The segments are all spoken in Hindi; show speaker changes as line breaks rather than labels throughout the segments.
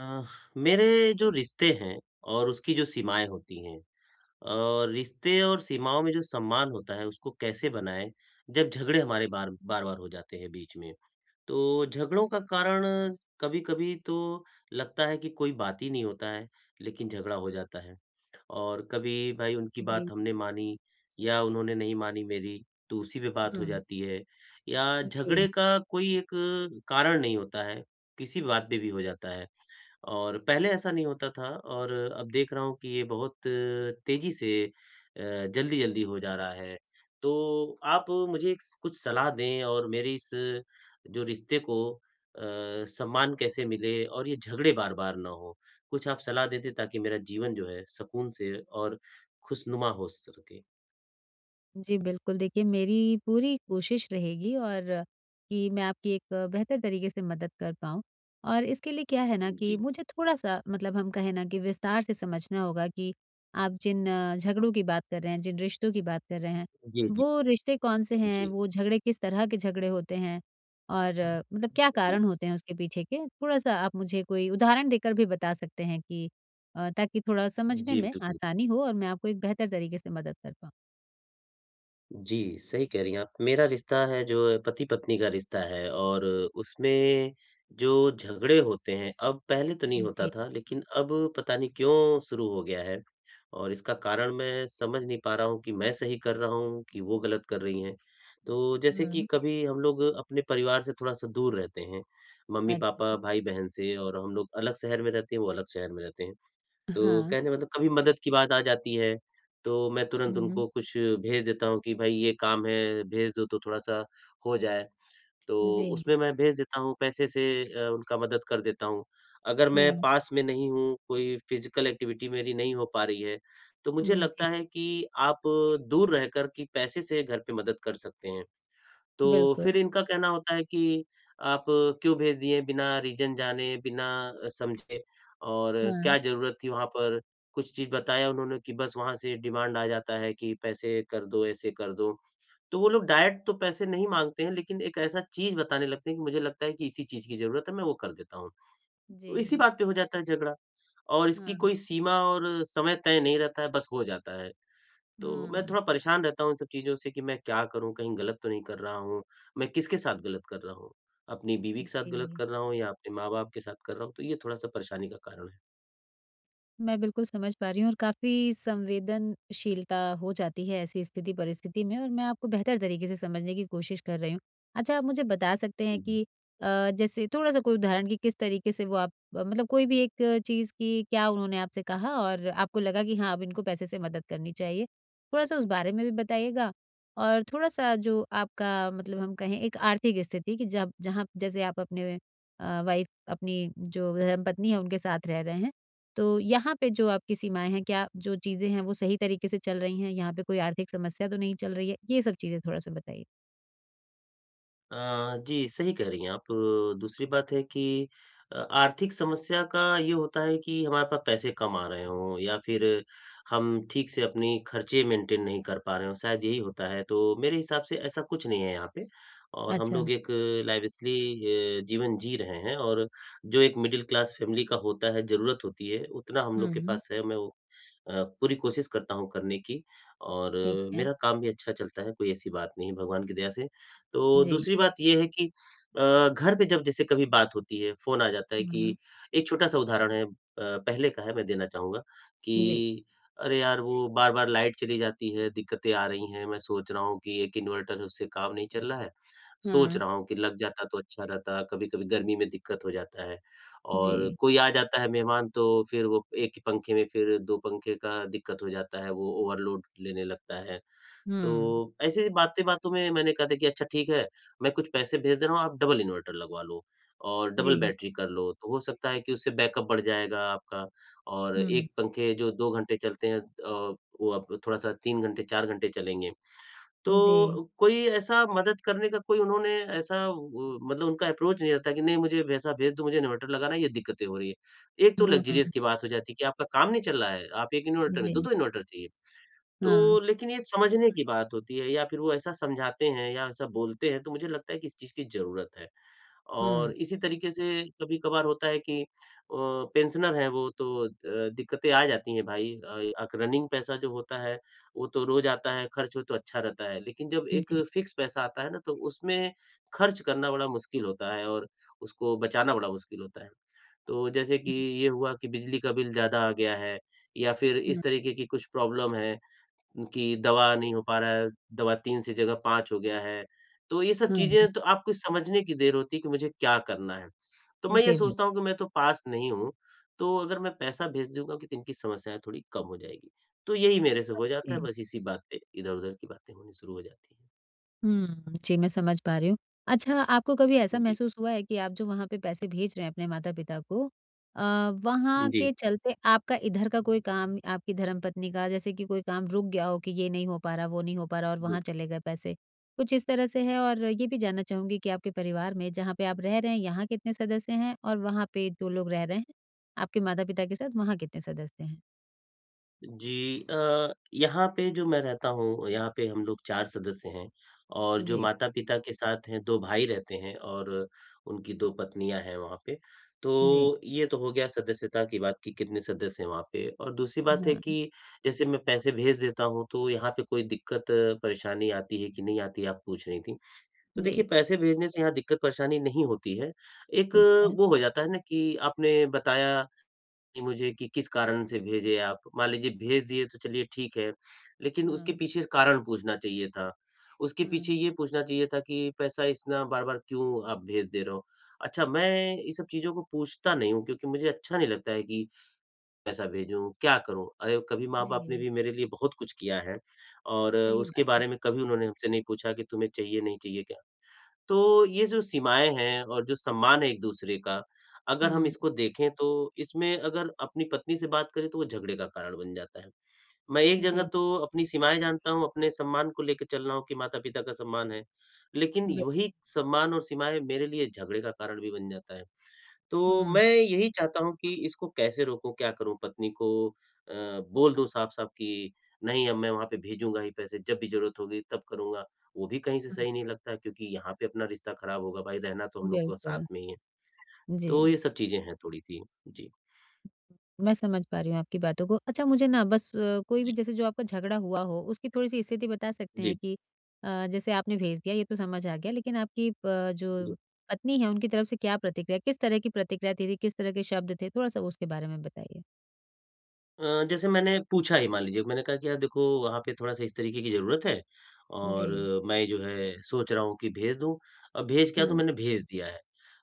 अ, मेरे जो रिश्ते हैं और उसकी जो सीमाएँ होती हैं और रिश्ते और सीमाओं में जो सम्मान होता है उसको कैसे बनाएँ जब झगड़े हमारे बार-बार हो जाते हैं बीच में। तो झगड़ों का कारण कभी-कभी तो लगता है कि कोई बात ही नहीं होता है, लेकिन झगड़ा हो जाता है और कभी भाई उनकी
जी।
बात हमने मानी या उन्होंने नहीं मानी मेरी तो उसी पे बात हो
हुँ,
जाती है या झगड़े
जी।
का कोई एक कारण नहीं होता है, किसी बात पे भी हो जाता है। और पहले ऐसा नहीं होता था और अब देख रहा हूँ कि ये बहुत तेज़ी से जल्दी-जल्दी हो जा रहा है। तो आप मुझे स कुछ सलाह दें और मेरी इस जो रिश्ते को सम्मान कैसे मिले और ये झगड़े बार-बार ना हो? कुछ आप सलाह दे दें ताकि मेरा जीवन जो है सकून से और खुशनुमा हो सके।
जी, बिल्कुल। देखिए, मेरी पूरी कोशिश रहेगी और कि मैं आपकी एक बेहतर तरीके से मदद कर पाऊँ। और इसके लिए क्या है ना कि
जी।
मुझे थोड़ा-सा मतलब हम कहें ना कि विस्तार से समझना होगा कि आप जिन झगड़ों की बात कर रहे हैं, जिन रिश्तों की बात कर रहे हैं,
जी, जी।
वो रिश्ते कौन-से हैं?
जी,
वो झगड़े किस तरह के झगड़े होते हैं? और मतलब क्या
जी।
कारण होते हैं उसके पीछे के? थोड़ा-सा आप मुझे कोई उदाहरण देकर भी बता सकते हैं कि ताकि थोड़ा समझने
जी,
में
बिल्कुल।
आसानी हो और मैं आपको एक बेहतर तरीके से मदद कर पाऊँ।
जी, सही कह रही हैं आप। मेरा रिश्ता है जो पति-पत्नी का रिश्ता है और उसमें जो झगड़े होते हैं, अब पहले तो नहीं होता
जी।
था लेकिन अब पता नहीं क्यों शुरू हो गया है और इसका कारण मैं समझ नहीं पा रहा हूँ कि मैं सही कर रहा हूँ कि वो गलत कर रही हैं। तो जैसे कि
हुँ,
कभी हम लोग अपने परिवार से थोड़ा-सा दूर रहते हैं, मम्मी-पापा,
अच्छा,
भाई-बहन से और हम लोग अलग शहर में रहते हैं, वो अलग शहर में रहते हैं। तो
हाँ।
कहने मतलब कभी मदद की बात आ जाती है, तो मैं तुरंत
हुँ,
उनको कुछ भेज देता हूँ कि भाई ये काम है, भेज दो तो थोड़ा-सा हो जाए। तो
जी।
उसमें मैं भेज देता हूँ, पैसे से उनका मदद कर देता हूँ। अगर मैं
हाँ,
पास में नहीं हूँ, कोई फिज़िकल एक्टिविटी मेरी नहीं हो पा रही है, तो मुझे
हुँ, जी,
लगता है कि आप दूर रहकर कि पैसे से घर पे मदद कर सकते हैं। तो
बिल्कुल।
फिर इनका कहना होता है कि आप क्यों भेज दिए बिना रीज़न जाने, बिना समझे और क्या
हाँ।
ज़रूरत थी वहाँ पर? कुछ चीज़ बताया उन्होंने कि बस वहाँ से डिमांड आ जाता है कि पैसे कर दो, ऐसे कर दो। तो वो लोग डायरेक्ट तो पैसे नहीं माँगते हैं, लेकिन एक ऐसा चीज़ बताने लगते हैं कि मुझे लगता है कि इसी चीज़ की ज़रूरत है, मैं वो कर देता हूँ।
जी।
तो इसी बात पे हो जाता है झगड़ा और इसकी
हाँ।
कोई सीमा और समय तय नहीं रहता है, बस हो जाता है। तो मैं
हुँ,
थोड़ा परेशान रहता हूँ इन सब चीज़ों से कि मैं क्या करूँ? कहीं गलत तो नहीं कर रहा हूँ? मैं किसके साथ गलत कर रहा हूँ? अपनी बीवी के साथ गलत
जी।
कर रहा हूँ या अपने माँ-बाप के साथ कर रहा हूँ? तो ये थोड़ा-सा परेशानी का कारण है।
मैं बिल्कुल समझ पा रही हूँ और काफ़ी संवेदनशीलता हो जाती है ऐसी स्थिति परिस्थिति में और मैं आपको बेहतर तरीके से समझने की कोशिश कर रही हूँ। अच्छा आप मुझे बता सकते हैं
जी।
कि जैसे थोड़ा-सा कोई उदाहरण कि किस तरीके से वो आप मतलब कोई भी एक चीज़ की क्या उन्होंने आपसे कहा और आपको लगा कि हाँ, अब इनको पैसे से मदद करनी चाहिए? थोड़ा-सा उस बारे में भी बताइएगा और थोड़ा-सा जो आपका मतलब हम कहें एक आर्थिक स्थिति कि जब जहाँ जैसे आप अपने वाइफ़ अपनी जो धर्मपत्नी है उनके साथ रह रहे हैं। तो यहाँ पे जो आपकी सीमाएँ हैं, क्या जो चीज़ें हैं वो सही तरीके से चल रही हैं? यहाँ पे कोई आर्थिक समस्या तो नहीं चल रही है? ये सब चीज़ें थोड़ा-सा बताइए।
जी, सही कह रही हैं आप। दूसरी बात है कि आर्थिक समस्या का ये होता है कि हमारे पास पैसे कम आ रहे हों या फिर हम ठीक से अपनी खर्चे मेंटेन नहीं कर पा रहे हों, शायद यही होता है। तो मेरे हिसाब से ऐसा कुछ नहीं है यहाँ पे और हम
अच्छा।
लोग एक लाइवस्ली जीवन जी रहे हैं और जो एक मिडिल क्लास फैमिली का होता है, ज़रूरत होती है, उतना हम लोग के
हुँ,
पास है। मैं वो पूरी कोशिश करता हूँ करने की और
ठीक है।
मेरा काम भी अच्छा चलता है, कोई ऐसी बात नहीं है भगवान की दया से। तो
जी।
दूसरी बात ये है कि अ, घर पे जब जैसे कभी बात होती है, फ़ोन आ जाता है
हुँ,
कि एक छोटा-सा उदाहरण है पहले का है मैं देना चाहूँगा
जी।
कि अरे यार! वो बार-बार लाइट चली जाती है, दिक्कतें आ रही हैं, मैं सोच रहा हूँ कि एक इन्वर्टर है उससे काम नहीं चल रहा है। सोच
हाँ,
रहा हूँ कि लग जाता तो अच्छा रहता, कभी-कभी गर्मी में दिक्कत हो जाता है
जी।
और कोई आ जाता है मेहमान तो फिर वो एक ही पंखे में फिर 2 पंखे का दिक्कत हो जाता है, वो ओवरलोड लेने लगता है।
हुँ,
तो ऐसे ही बातें-बातों में मैंने कहा था कि अच्छा ठीक है, मैं कुछ पैसे भेज दे रहा हूँ, आप डबल इन्वर्टर लगवा लो और
जी।
डबल बैटरी कर लो, तो हो सकता है कि उससे बैकअप बढ़ जाएगा आपका और
हुँ,
1 पंखे जो 2 घंटे चलते हैं वो अब थोड़ा-सा 3 घंटे, 4 घंटे चलेंगे। तो
जी।
कोई ऐसा मदद करने का कोई उन्होंने ऐसा वो मतलब उनका अप्रोच नहीं रहता कि नहीं मुझे वैसा भेज दो, मुझे इन्वर्टर लगाना है, ये दिक्कतें हो रही है। एक तो लग्ज़रीज़
हाँ,
की बात हो जाती है कि आपका काम नहीं चल रहा है, आप 1 इन्वर्टर में
जी।
2-2 इन्वर्टर चाहिए।
हाँ,
तो लेकिन ये समझने की बात होती है या फिर वो ऐसा समझाते हैं या ऐसा बोलते हैं, तो मुझे लगता है कि इस चीज़ की ज़रूरत है। और
हुँ,
इसी तरीके से कभी-कभार होता है कि पेंशनर हैं वो तो दिक्कतें आ जाती हैं भाई अक रनिंग पैसा जो होता है, वो तो रोज़ आता है, खर्च हो तो अच्छा रहता है। लेकिन जब एक
जी,
फ़िक्स पैसा आता है ना, तो उसमें खर्च करना बड़ा मुश्किल होता है और उसको बचाना बड़ा मुश्किल होता है। तो जैसे कि
जी।
ये हुआ कि बिजली का बिल ज़्यादा आ गया है या फिर इस
हाँ,
तरीके की कुछ प्रॉब्लम है कि दवा नहीं हो पा रहा है, दवा 3 से जगह 5 हो गया है। तो ये सब
हाँ।
चीज़ें तो आपको समझने की देर होती है कि मुझे क्या करना है। तो मैं ये
जी,
सोचता
बिल्कुल।
हूँ कि मैं तो पास नहीं हूँ, तो अगर मैं पैसा भेज दूँगा कि तो इनकी समस्याएँ थोड़ी कम हो जाएगी। तो यही मेरे से हो जाता है
जी।
बस इसी बात पे इधर-उधर की बातें होनी शुरू हो जाती हैं।
हुँ, जी, मैं समझ पा रही हूँ। अच्छा, आपको कभी ऐसा
जी,
महसूस हुआ है कि आप जो वहाँ पे पैसे भेज रहे हैं अपने माता-पिता को अ, वहाँ
जी,
के चलते आपका इधर का कोई काम आपकी धर्मपत्नी का जैसे कि कोई काम रुक गया हो कि ये नहीं हो पा रहा, वो नहीं हो पा रहा और
जी।
वहाँ चले गए पैसे, कुछ इस तरह से है? और ये भी जानना चाहूँगी कि आपके परिवार में जहाँ पे आप रह रहे हैं, यहाँ कितने सदस्य हैं? और वहाँ पे जो लोग रह रहे हैं, आपके माता-पिता के साथ वहाँ कितने सदस्य हैं?
जी यहाँ पे जो मैं रहता हूँ, यहाँ पे हम लोग 4 सदस्य हैं और जो
जी,
माता-पिता के साथ हैं 2 भाई रहते हैं और उनकी 2 पत्नियाँ हैं वहाँ पे। तो
जी,
ये तो हो गया सदस्यता की बात कि कितने सदस्य हैं वहाँ पे और दूसरी बात है
हाँ,
कि जैसे मैं पैसे भेज देता हूँ, तो यहाँ पे कोई दिक्कत परेशानी आती है कि नहीं आती, आप पूछ रही थीं। तो
जी,
देखिए पैसे भेजने से यहाँ दिक्कत परेशानी नहीं होती है। एक
ठीक है।
वो हो जाता है ना कि आपने बताया कि मुझे कि किस कारण से भेजे आप? मान लीजिए भेज दिए तो चलिए ठीक है, लेकिन उसके
हाँ,
पीछे कारण पूछना चाहिए था। उसके पीछे
हाँ,
ये पूछना चाहिए था कि पैसा इतना बार-बार क्यों आप भेज दे रहे हो? अच्छा मैं ये सब चीज़ों को पूछता नहीं हूँ क्योंकि मुझे अच्छा नहीं लगता है कि पैसा भेजूँ, क्या करूँ? अरे कभी माँ-बाप ने
जी,
भी मेरे लिए बहुत कुछ किया है और
सही
उसके
बात है।
बारे में कभी उन्होंने हमसे नहीं पूछा कि तुम्हें चाहिए, नहीं चाहिए। तो ये जो सीमाएँ हैं और जो सम्मान है एक-दूसरे का, अगर हम
हुँ,
इसको देखें तो इसमें अगर अपनी पत्नी से बात करें तो वो झगड़े का कारण बन जाता है। मैं एक जगह
जी,
तो अपनी सीमाएँ जानता हूँ, अपने सम्मान को लेके चल रहा हूँ कि माता-पिता का सम्मान है। लेकिन
बिल
वही सम्मान और सीमाएँ मेरे लिए झगड़े का कारण भी बन जाता है। तो
हुँ,
मैं यही चाहता हूँ कि इसको कैसे रोकूँ, क्या करूँ? पत्नी को बोल दूँ साफ-साफ कि नहीं अब मैं वहाँ पे भेजूँगा ही पैसे, जब भी ज़रूरत होगी तब करूँगा। वो भी कहीं से
हुँ,
सही नहीं लगता क्योंकि यहाँ पे अपना रिश्ता खराब होगा भाई, रहना तो हम लोग को साथ
बिल्कुल,
में ही है।
जी।
तो ये सब चीज़ें हैं थोड़ी-सी। जी।
मैं समझ पा रही हूँ आपकी बातों को। अच्छा मुझे ना बस कोई भी
जी।
जैसे जो आपका झगड़ा हुआ हो, उसकी थोड़ी-सी स्थिति बता सकते
जी।
हैं कि जैसे आपने भेज दिया ये तो समझ आ गया, लेकिन आपकी प
जी।
जो पत्नी है उनकी तरफ से क्या प्रतिक्रिया किस तरह की प्रतिक्रिया थी, किस तरह के शब्द थे? थोड़ा-सा उसके बारे में बताइए?
जैसे मैंने पूछा ही मान लीजिए, मैंने कहा कि यार देखो वहाँ पे थोड़ा-सा इस तरीके की ज़रूरत है और
जी,
मैं जो है सोच रहा हूँ कि भेज दूँ। अब भेज क्या तो
हुँ,
मैंने भेज दिया है।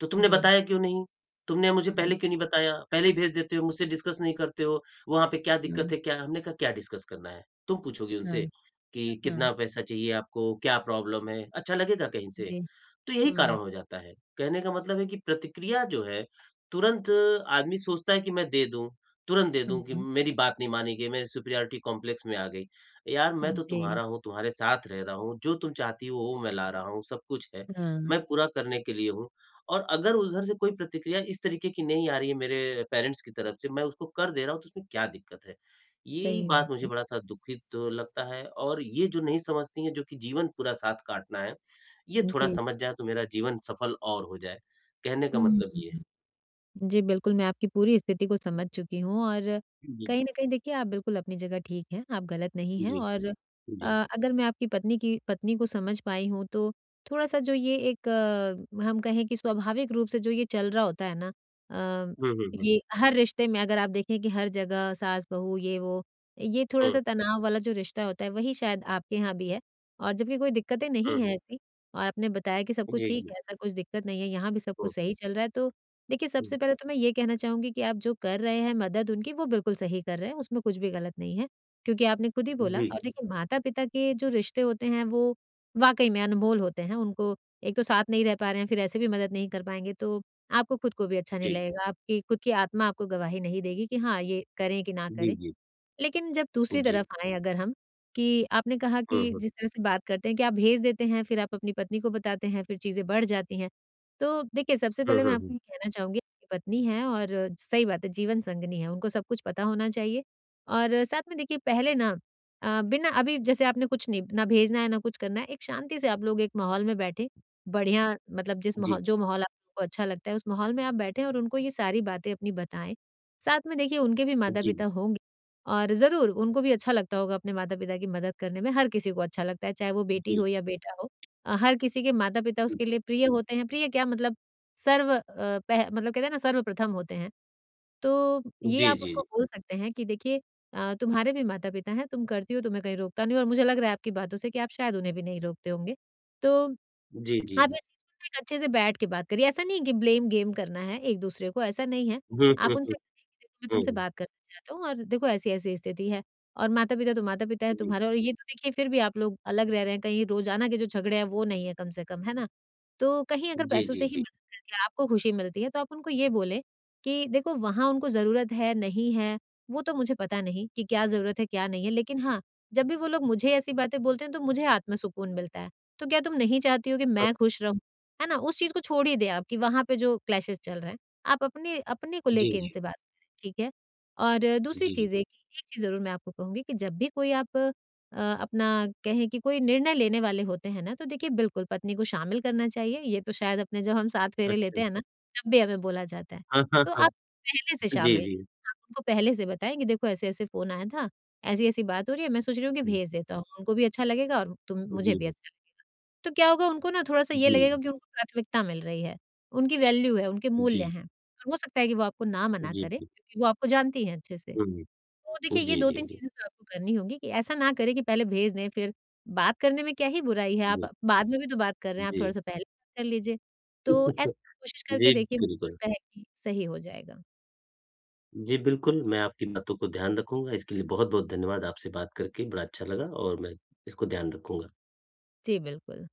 तो तुमने
जी,
बताया क्यों नहीं? तुमने मुझे
हाँ,
पहले क्यों नहीं बताया? पहले ही भेज देते हो, मुझसे डिस्कस नहीं करते हो, वहाँ पे क्या दिक्कत
हुँ,
है क्या? हमने कहा क्या डिस्कस करना है? तुम पूछोगी
हाँ,
उनसे कि
हाँ,
कितना पैसा चाहिए आपको, क्या प्रॉब्लम है? अच्छा लगेगा कहीं से?
जी,
तो यही कारण
हुँ,
हो जाता है। कहने का मतलब है कि प्रतिक्रिया जो है तुरंत आदमी सोचता है कि मैं दे दूँ। तुरंत दे दूँ कि मेरी बात नहीं मानी गई, मैं सुपीरियॉरिटी कॉम्प्लेक्स में आ गई। यार मैं
हुँ,
तो
जी,
तुम्हारा हूँ, तुम्हारे साथ रह रहा हूँ, जो तुम चाहती हो वो मैं ला रहा हूँ, सब कुछ है।
हाँ,
मैं पूरा करने के लिए हूँ और अगर उधर से कोई प्रतिक्रिया इस तरीके की नहीं आ रही है मेरे पेरेंट्स की तरफ से, मैं उसको कर दे रहा हूँ तो उसमें क्या दिक्कत है? यही
सही
बात
बात
मुझे
है।
बड़ा-सा दुखित तो लगता है और ये जो नहीं समझती हैं जो कि जीवन पूरा साथ काटना है, ये थोड़ा
जी,
समझ जाएँ तो मेरा जीवन सफल और हो जाए। कहने का
हुँ।
मतलब ये है।
जी, बिल्कुल, मैं आपकी पूरी स्थिति को समझ चुकी हूँ और
जी,
कहीं न कहीं देखिए आप बिल्कुल अपनी जगह ठीक हैं, आप गलत नहीं हैं
जी,
और
जी।
अ, अगर मैं आपकी पत्नी को समझ पाई हूँ तो थोड़ा-सा जो ये एक हम कहें कि स्वाभाविक रूप से जो ये चल रहा होता है ना अ,
हुँ, हुँ, हुँ।
ये हर रिश्ते में अगर आप देखें कि हर जगह सास-बहू ये वो, ये
हुँ।
थोड़ा-सा तनाव वाला जो रिश्ता होता है वही शायद आपके यहाँ भी है और जबकि कोई दिक्कतें
हुँ,
नहीं हैं
हुँ।
ऐसी और आपने बताया कि सब कुछ
जी,
ठीक
जी।
है, ऐसा कुछ दिक्कत नहीं है, यहाँ भी सब
हुँ,
कुछ सही चल रहा है तो देखिए,
हुँ।
सबसे पहले तो मैं ये कहना चाहूँगी कि आप जो कर रहे हैं मदद उनकी वो बिल्कुल सही कर रहे हैं, उसमें कुछ भी गलत नहीं है, क्योंकि आपने खुद ही बोला
जी,
और देखिए माता-पिता के जो रिश्ते होते हैं वो वाक़ई में अनमोल होते हैं, उनको एक तो साथ नहीं रह पा रहे हैं, फिर ऐसे भी मदद नहीं कर पाएँगे तो आपको खुद को भी अच्छा नहीं
जी,
लगेगा, आपकी खुद की आत्मा आपको गवाही नहीं देगी कि हाँ, ये करें कि ना
जी,
करें।
जी,
लेकिन जब दूसरी तरफ
जी।
आएँ अगर हम, कि आपने कहा
हुँ,
कि
हुँ।
जिस तरह से बात करते हैं कि आप भेज देते हैं, फिर आप अपनी पत्नी को बताते हैं, फिर चीज़ें बढ़ जाती हैं। तो देखिए, सबसे
हुँ,
पहले मैं
हुँ,
आपको
हुँ।
ये कहना चाहूँगी आपकी पत्नी हैं और सही बात है, जीवन संगिनी हैं, उनको सब कुछ पता होना चाहिए। और साथ में देखिए पहले ना बिना अभी जैसे आपने कुछ नहीं ना भेजना है, ना कुछ करना है, एक शांति से आप लोग एक माहौल में बैठे, बढ़िया मतलब जिस
जी,
माहौल जो माहौल आपको अच्छा लगता है, उस माहौल में आप बैठें और उनको ये सारी बातें अपनी बताएँ। साथ में देखिए उनके भी
जी, जी,
माता-पिता होंगे। और ज़रूर उनको भी अच्छा लगता होगा अपने माता-पिता की मदद करने में, हर किसी को अच्छा लगता है, चाहे वो बेटी
जी,
हो या बेटा हो। हर किसी के माता-पिता उसके
जी,
लिए प्रिय होते हैं, प्रिय क्या मतलब सर्व अ, पह मतलब कहते हैं ना सर्वप्रथम होते हैं। तो ये
जी,
आप
जी,
उनको बोल सकते हैं कि देखिए तुम्हारे भी माता-पिता हैं, तुम करती हो, तुम्हें कहीं रोकता नहीं और मुझे लग रहा है आपकी बातों से कि आप शायद उन्हें भी नहीं रोकते होंगे। तो
जी, जी,
आप
जी।
इस चीज़ को ना एक अच्छे से बैठ के बात करिए। ऐसा नहीं है कि ब्लेम गेम करना है एक-दूसरे को, ऐसा नहीं है।
हुँ, हुँ,
आप
हुँ,
उनसे कहिए कि देखो मैं
हुँ,
तुमसे
हुँ।
बात करना चाहता हूँ और देखो ऐसी-ऐसी स्थिति है और माता-पिता तो माता-पिता है तुम्हारे और ये तो देखिए फिर भी आप लोग अलग रह रहे हैं, कहीं रोज़ाना के जो झगड़े हैं वो नहीं है कम से कम, है ना? तो कहीं अगर
जी,
पैसों से
जी,
ही
जी,
मदद करके आपको खुशी मिलती है तो आप उनको ये बोलें कि देखो वहाँ उनको ज़रूरत है, नहीं है, वो तो मुझे पता नहीं कि क्या ज़रूरत है, क्या नहीं है। लेकिन हाँ, जब भी वो लोग मुझे ऐसी बातें बोलते हैं तो मुझे आत्म सुकून मिलता है। तो क्या तुम नहीं चाहती हो कि
हाँ,
मैं खुश रहूँ? है ना? उस चीज़ को छोड़ ही दें आप कि वहाँ पे जो क्लैशेज़ चल रहे हैं। आप अपने अपने को
जी,
लेके
जी,
इनसे बात करें, ठीक है? और दूसरी
जी,
चीज़ ये
जी।
कि एक चीज़ ज़रूर मैं आपको कहूँगी कि जब भी कोई आप अपना कहें कि कोई निर्णय लेने वाले होते हैं ना, तो देखिए बिल्कुल पत्नी को शामिल करना चाहिए। ये तो शायद अपने जब हम 7 फेरे
अच्छा।
लेते हैं ना, तब भी हमें बोला जाता है।
हाँ, हाँ,
तो
हाँ।
आप पहले से
जी,
शामिल
जी,
करें। आप उनको पहले से बताएँ कि देखो ऐसे-ऐसे फ़ोन आया था, ऐसी-ऐसी बात हो रही है, मैं सोच रही हूँ कि
हुँ,
भेज देता हूँ। उनको भी अच्छा लगेगा और तुम मुझे
जी,
भी
जी,
अच्छा तो क्या होगा उनको ना थोड़ा-सा ये लगेगा
जी,
कि उनको प्राथमिकता मिल रही है, उनकी वैल्यू है, उनके मूल्य
जी,
हैं और हो सकता है कि वो आपको ना मना
जी,
करें
जी,
क्योंकि वो आपको जानती हैं अच्छे से।
हुँ,
तो देखिए ये
जी, जी,
2-3
जी,
चीज़ें तो आपको करनी होंगी कि ऐसा ना करें कि पहले भेज दें फिर बात करने में क्या ही बुराई है,
जी,
आप
जी।
बाद में भी तो बात कर रहे हैं, आप थोड़ा-सा पहले बात कर लीजिए। तो ऐसा कोशिश करके
जी,
देखिए मुझे
बिल्कुल।
लगता है कि सही हो जाएगा।
जी, बिल्कुल, मैं आपकी बातों को ध्यान रखूँगा, इसके लिए बहुत-बहुत धन्यवाद। आपसे बात करके बड़ा अच्छा लगा और मैं इसको ध्यान रखूँगा।
जी, बिल्कुल।